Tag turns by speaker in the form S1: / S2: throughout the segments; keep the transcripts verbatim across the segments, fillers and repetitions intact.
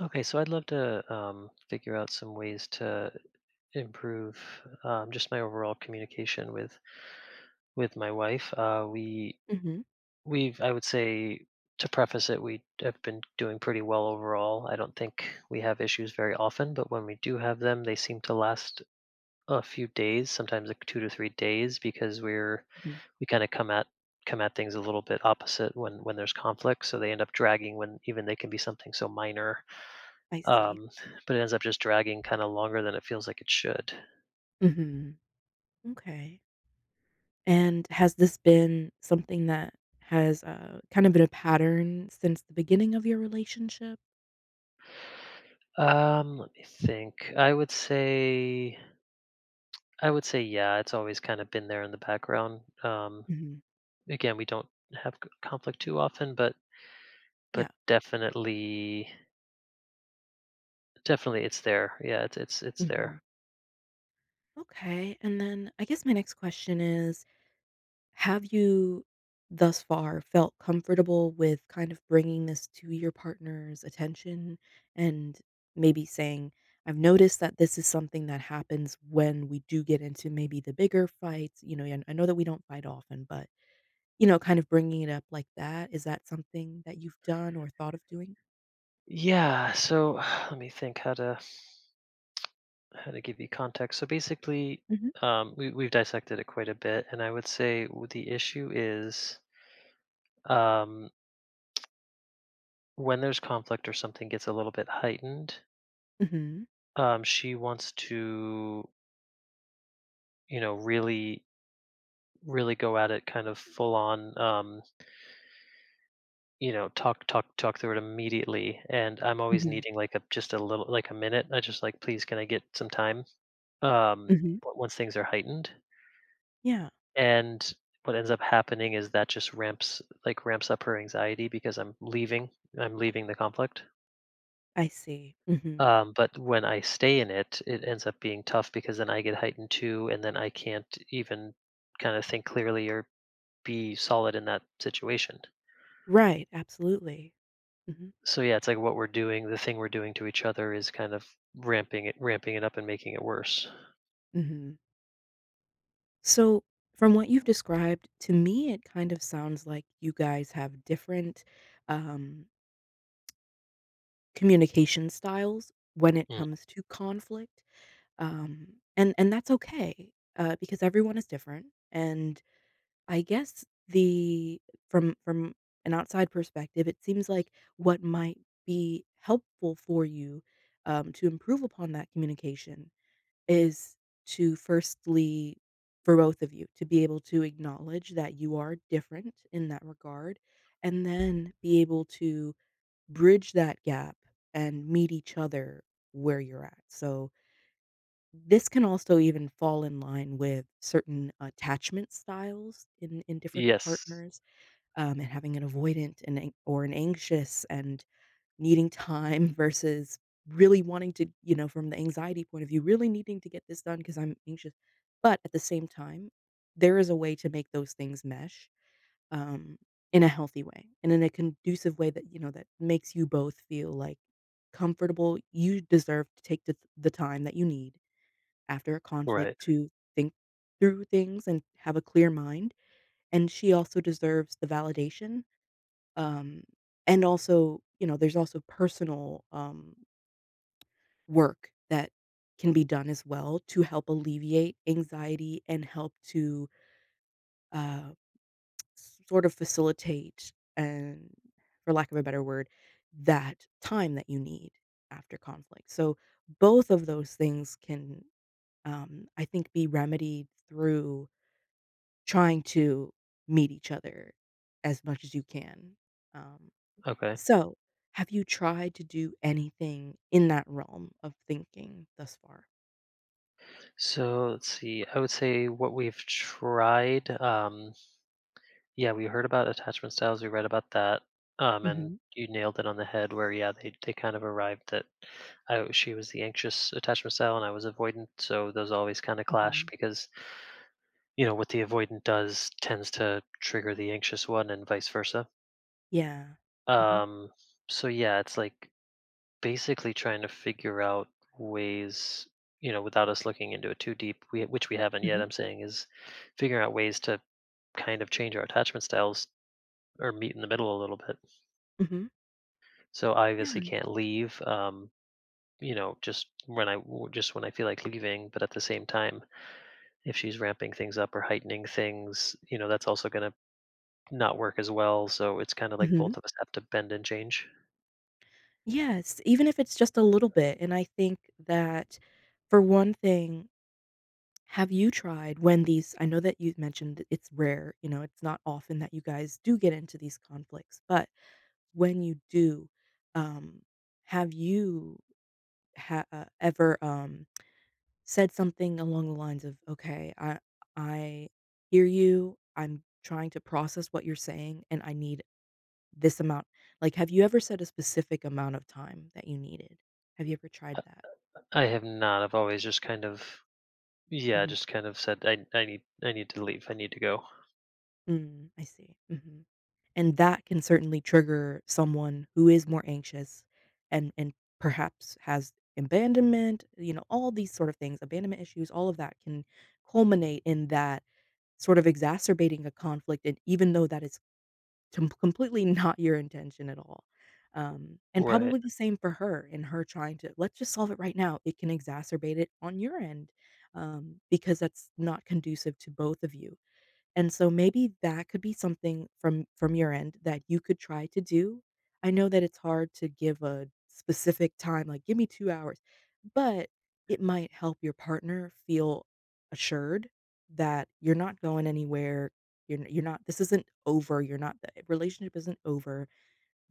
S1: Okay, so I'd love to um, figure out some ways to improve um, just my overall communication with with my wife. Uh, we
S2: Mhm.
S1: we've I would say, to preface it, we have been doing pretty well overall. I don't think we have issues very often, but when we do have them, they seem to last a few days, sometimes like two to three days, because we're
S2: Mhm.
S1: we kind of come at come at things a little bit opposite when when there's conflict, so they end up dragging when even they can be something so minor,
S2: I see.
S1: um, but it ends up just dragging kind of longer than it feels like it should.
S2: Mhm. Okay. And has this been something that has, uh, kind of been a pattern since the beginning of your relationship?
S1: Um, let me think. I would say, I would say, yeah, it's always kind of been there in the background. Um,
S2: Mhm.
S1: again, we don't have c- conflict too often, but but
S2: Yeah.
S1: definitely, definitely, it's there. Yeah, it's it's it's there.
S2: Mhm. Okay, and then I guess my next question is, have you thus far felt comfortable with kind of bringing this to your partner's attention and maybe saying, "I've noticed that this is something that happens when we do get into maybe the bigger fights. You know, and I know that we don't fight often, but, you know, kind of bringing it up like that." Is that something that you've done or thought of doing?
S1: Yeah. So let me think how to how to give you context. So basically,
S2: Hmm.
S1: um, we we've dissected it quite a bit, and I would say, w- the issue is. Um, when there's conflict or something gets a little bit heightened,
S2: Hmm.
S1: um, she wants to, you know, really, really go at it kind of full on, um, you know, talk, talk, talk through it immediately. And I'm always
S2: Hmm.
S1: needing like a, just a little, like a minute. I just like, please, can I get some time? Um,
S2: Hmm.
S1: w- once things are heightened,
S2: Yeah,
S1: and what ends up happening is that just ramps, like ramps up her anxiety because I'm leaving, I'm leaving the conflict.
S2: I see. Hmm.
S1: Um, but when I stay in it, it ends up being tough because then I get heightened too, and then I can't even kind of think clearly or be solid in that situation.
S2: Right. Absolutely. Hmm.
S1: So yeah, it's like what we're doing, the thing we're doing to each other is kind of ramping it, ramping it up and making it worse.
S2: Hmm. So, from what you've described, to me, it kind of sounds like you guys have different um, communication styles when it
S1: Mm.
S2: comes to conflict, um, and and that's okay uh, because everyone is different. And I guess the from from an outside perspective, it seems like what might be helpful for you um, to improve upon that communication is to firstly for both of you, to be able to acknowledge that you are different in that regard, and then be able to bridge that gap and meet each other where you're at. So, this can also even fall in line with certain attachment styles in in different
S1: Yes.
S2: partners, um, and having an avoidant and an or an anxious and needing time versus really wanting to, you know, from the anxiety point of view, really needing to get this done because I'm anxious. But at the same time, there is a way to make those things mesh um, in a healthy way and in a conducive way that, you know, that makes you both feel like comfortable. You deserve to take the, the time that you need after a
S1: Right.
S2: conflict to think through things and have a clear mind. And she also deserves the validation um, and also, you know, there's also personal, um, work that can be done as well to help alleviate anxiety and help to, uh, sort of facilitate and for lack of a better word, that time that you need after conflict. So both of those things can, um, I think be remedied through trying to meet each other as much as you can. Um
S1: Okay.
S2: So, have you tried to do anything in that realm of thinking thus far?
S1: So let's see. I would say what we've tried. Um, Yeah, we heard about attachment styles, we read about that, um, and
S2: Mhm,
S1: you nailed it on the head where, yeah, they they kind of arrived that I she was the anxious attachment style and I was avoidant, so those always kind of clash
S2: mhm,
S1: because, you know, what the avoidant does tends to trigger the anxious one and vice versa.
S2: yeah. Mhm,
S1: Um, so yeah, it's like basically trying to figure out ways, you know, without us looking into it too deep, we, which we haven't yet,
S2: mhm,
S1: I'm saying, is figuring out ways to kind of change our attachment styles or meet in the middle a little bit.
S2: mhm,
S1: So I obviously
S2: yeah,
S1: can't leave, um, you know, just when I w- just when I feel like leaving. But at the same time, if she's ramping things up or heightening things, you know, that's also going to not work as well. So it's kind of like both
S2: mhm.
S1: of us have to bend and change.
S2: Yes, even if it's just a little bit, and I think that for one thing, have you tried when these I know that you mentioned that it's rare, you know, it's not often that you guys do get into these conflicts, but when you do, um, have you ha uh, ever, um said something along the lines of, "Okay, I I hear you. I'm trying to process what you're saying, and I need this amount." Like, have you ever said a specific amount of time that you needed? Have you ever tried that?
S1: I have not. I've always just kind of yeah,
S2: Mhm.
S1: just kind of said I I need I need to leave. I need to go.
S2: Mm, I see. Mhm. And that can certainly trigger someone who is more anxious and and perhaps has abandonment, you know, all these sort of things, abandonment issues, all of that can culminate in that sort of exacerbating a conflict, and even though that is Com completely not your intention at all. Um, and
S1: Right.
S2: probably the same for her and her trying to, "Let's just solve it right now." It can exacerbate it on your end, um, because that's not conducive to both of you. And so maybe that could be something from from your end that you could try to do. I know that it's hard to give a specific time, like, "Give me two hours," but it might help your partner feel assured that you're not going anywhere, you're n you're not this isn't over, you're not the relationship isn't over,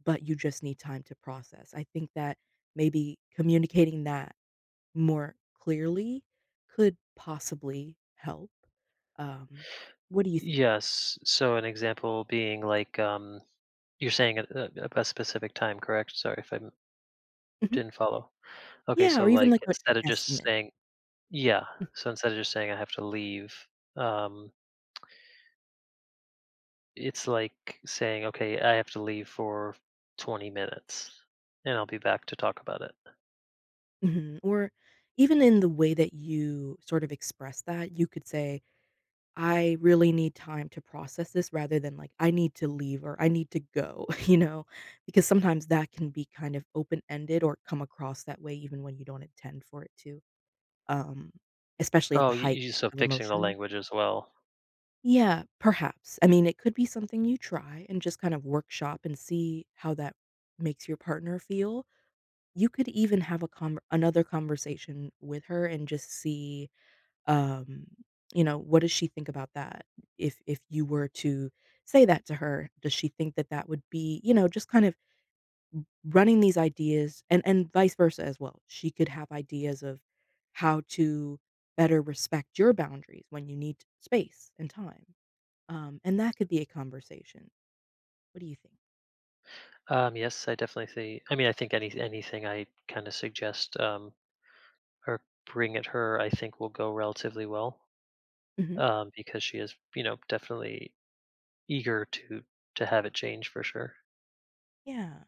S2: but you just need time to process. I think that maybe communicating that more clearly could possibly help. Um, what do you think?
S1: Yes. So an example being like, um, you're saying at a, a specific time, correct? Sorry if I m-
S2: Mhm.
S1: didn't follow. Okay,
S2: Yeah, or
S1: so
S2: even
S1: like
S2: like a an
S1: instead of just
S2: estimate.
S1: saying. Yeah.
S2: Mm.
S1: So instead of just saying I have to leave, um, it's like saying, okay, I have to leave for twenty minutes and I'll be back to talk about it.
S2: Mhm, or even in the way that you sort of express that, you could say, I really need time to process this rather than like I need to leave or I need to go, you know, because sometimes that can be kind of open ended or come across that way even when you don't intend for it to, um, especially at the
S1: Oh, you,
S2: height
S1: you so
S2: of
S1: fixing the
S2: emotion.
S1: language as well.
S2: Yeah, perhaps. I mean, it could be something you try and just kind of workshop and see how that makes your partner feel. You could even have a con another conversation with her and just see um, you know, what does she think about that? If if you were to say that to her, does she think that that would be, you know, just kind of running these ideas and and vice versa as well. She could have ideas of how to better respect your boundaries when you need space and time. Um, and that could be a conversation. What do you think?
S1: Um, yes, I definitely see. I mean, I think any anything I kind of suggest, um, or bring at her, I think will go relatively well,
S2: Hmm.
S1: um, because she is, you know, definitely eager to to have it change for sure.
S2: Yeah.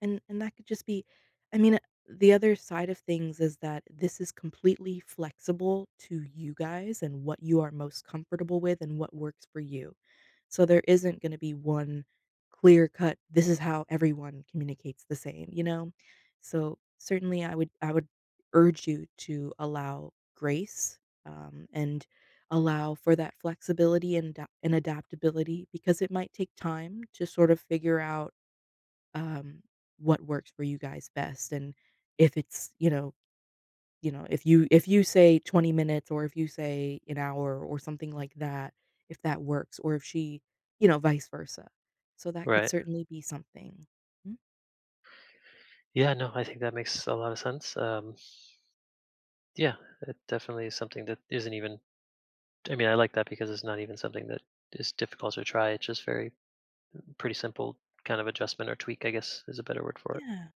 S2: And and that could just be, I mean, uh, the other side of things is that this is completely flexible to you guys and what you are most comfortable with and what works for you. So there isn't gonna be one clear cut, this is how everyone communicates the same, you know? So certainly I would I would urge you to allow grace, um, and allow for that flexibility and da- and adaptability because it might take time to sort of figure out um, what works for you guys best and if it's you know you know if you if you say twenty minutes or if you say an hour or something like that, if that works, or if she, you know vice versa. So that could
S1: Right.
S2: certainly be something. Mhm.
S1: Yeah. No, I think that makes a lot of sense. Um, Yeah, it definitely is something that isn't even, I mean, I like that because it's not even something that is difficult to try. It's just very pretty simple kind of adjustment or tweak, I guess is a better word for it.
S2: Yeah.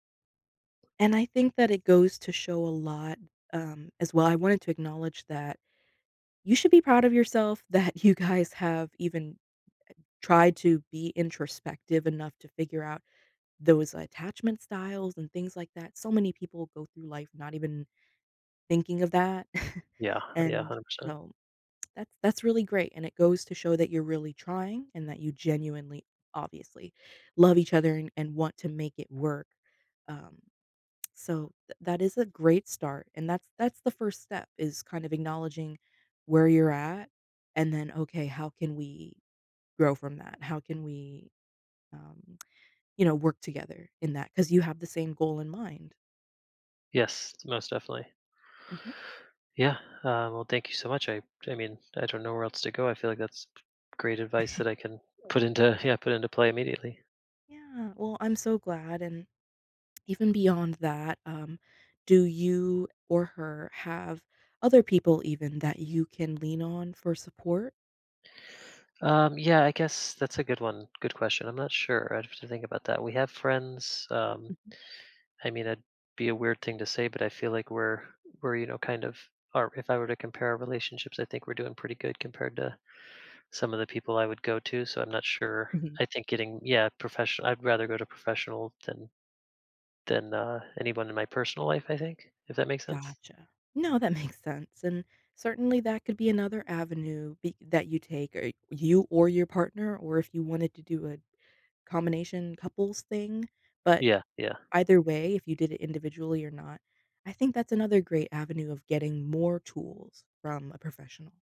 S2: And I think that it goes to show a lot, um, as well. I wanted to acknowledge that you should be proud of yourself that you guys have even tried to be introspective enough to figure out those attachment styles and things like that. So many people go through life not even thinking of that.
S1: Yeah, yeah,
S2: And
S1: one hundred percent.
S2: so that's that's really great, and it goes to show that you're really trying and that you genuinely, obviously, love each other and and want to make it work. Um so th- that is a great start, and that's that's the first step is kind of acknowledging where you're at, and then okay, how can we grow from that? How can we, um, you know, work together in that? Because you have the same goal in mind.
S1: Yes, most definitely.
S2: Hmm.
S1: Yeah. Uh, well, thank you so much. I, I mean, I don't know where else to go. I feel like that's great advice that I can put into, yeah, put into play immediately.
S2: Yeah. Well, I'm so glad, and even beyond that, um, do you or her have other people even that you can lean on for support?
S1: Um, yeah, I guess that's a good one. Good question. I'm not sure. I'd have to think about that. We have friends. Um, I mean, it'd be a weird thing to say, but I feel like we're we're you know kind of Or if I were to compare our relationships, I think we're doing pretty good compared to some of the people I would go to. So I'm not sure.
S2: Mhm.
S1: I think getting yeah professional. I'd rather go to professional than than uh, anyone in my personal life. I think if that makes sense.
S2: Gotcha. No, that makes sense, and certainly that could be another avenue, be that you take, or you or your partner, or if you wanted to do a combination couples thing, but
S1: Yeah, yeah,
S2: either way, if you did it individually or not, I think that's another great avenue of getting more tools from a professional.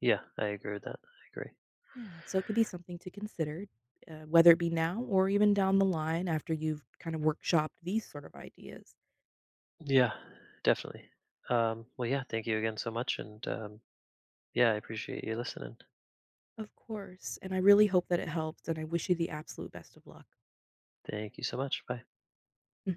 S1: yeah. I agree with that. I agree.
S2: Yeah, so it could be something to consider, uh, whether it be now or even down the line after you've kind of workshopped these sort of ideas.
S1: Yeah, definitely. Um, well, yeah. Thank you again so much, and um, Yeah, I appreciate you listening.
S2: Of course, and I really hope that it helps, and I wish you the absolute best of luck.
S1: Thank you so much. Bye.
S2: Mhm.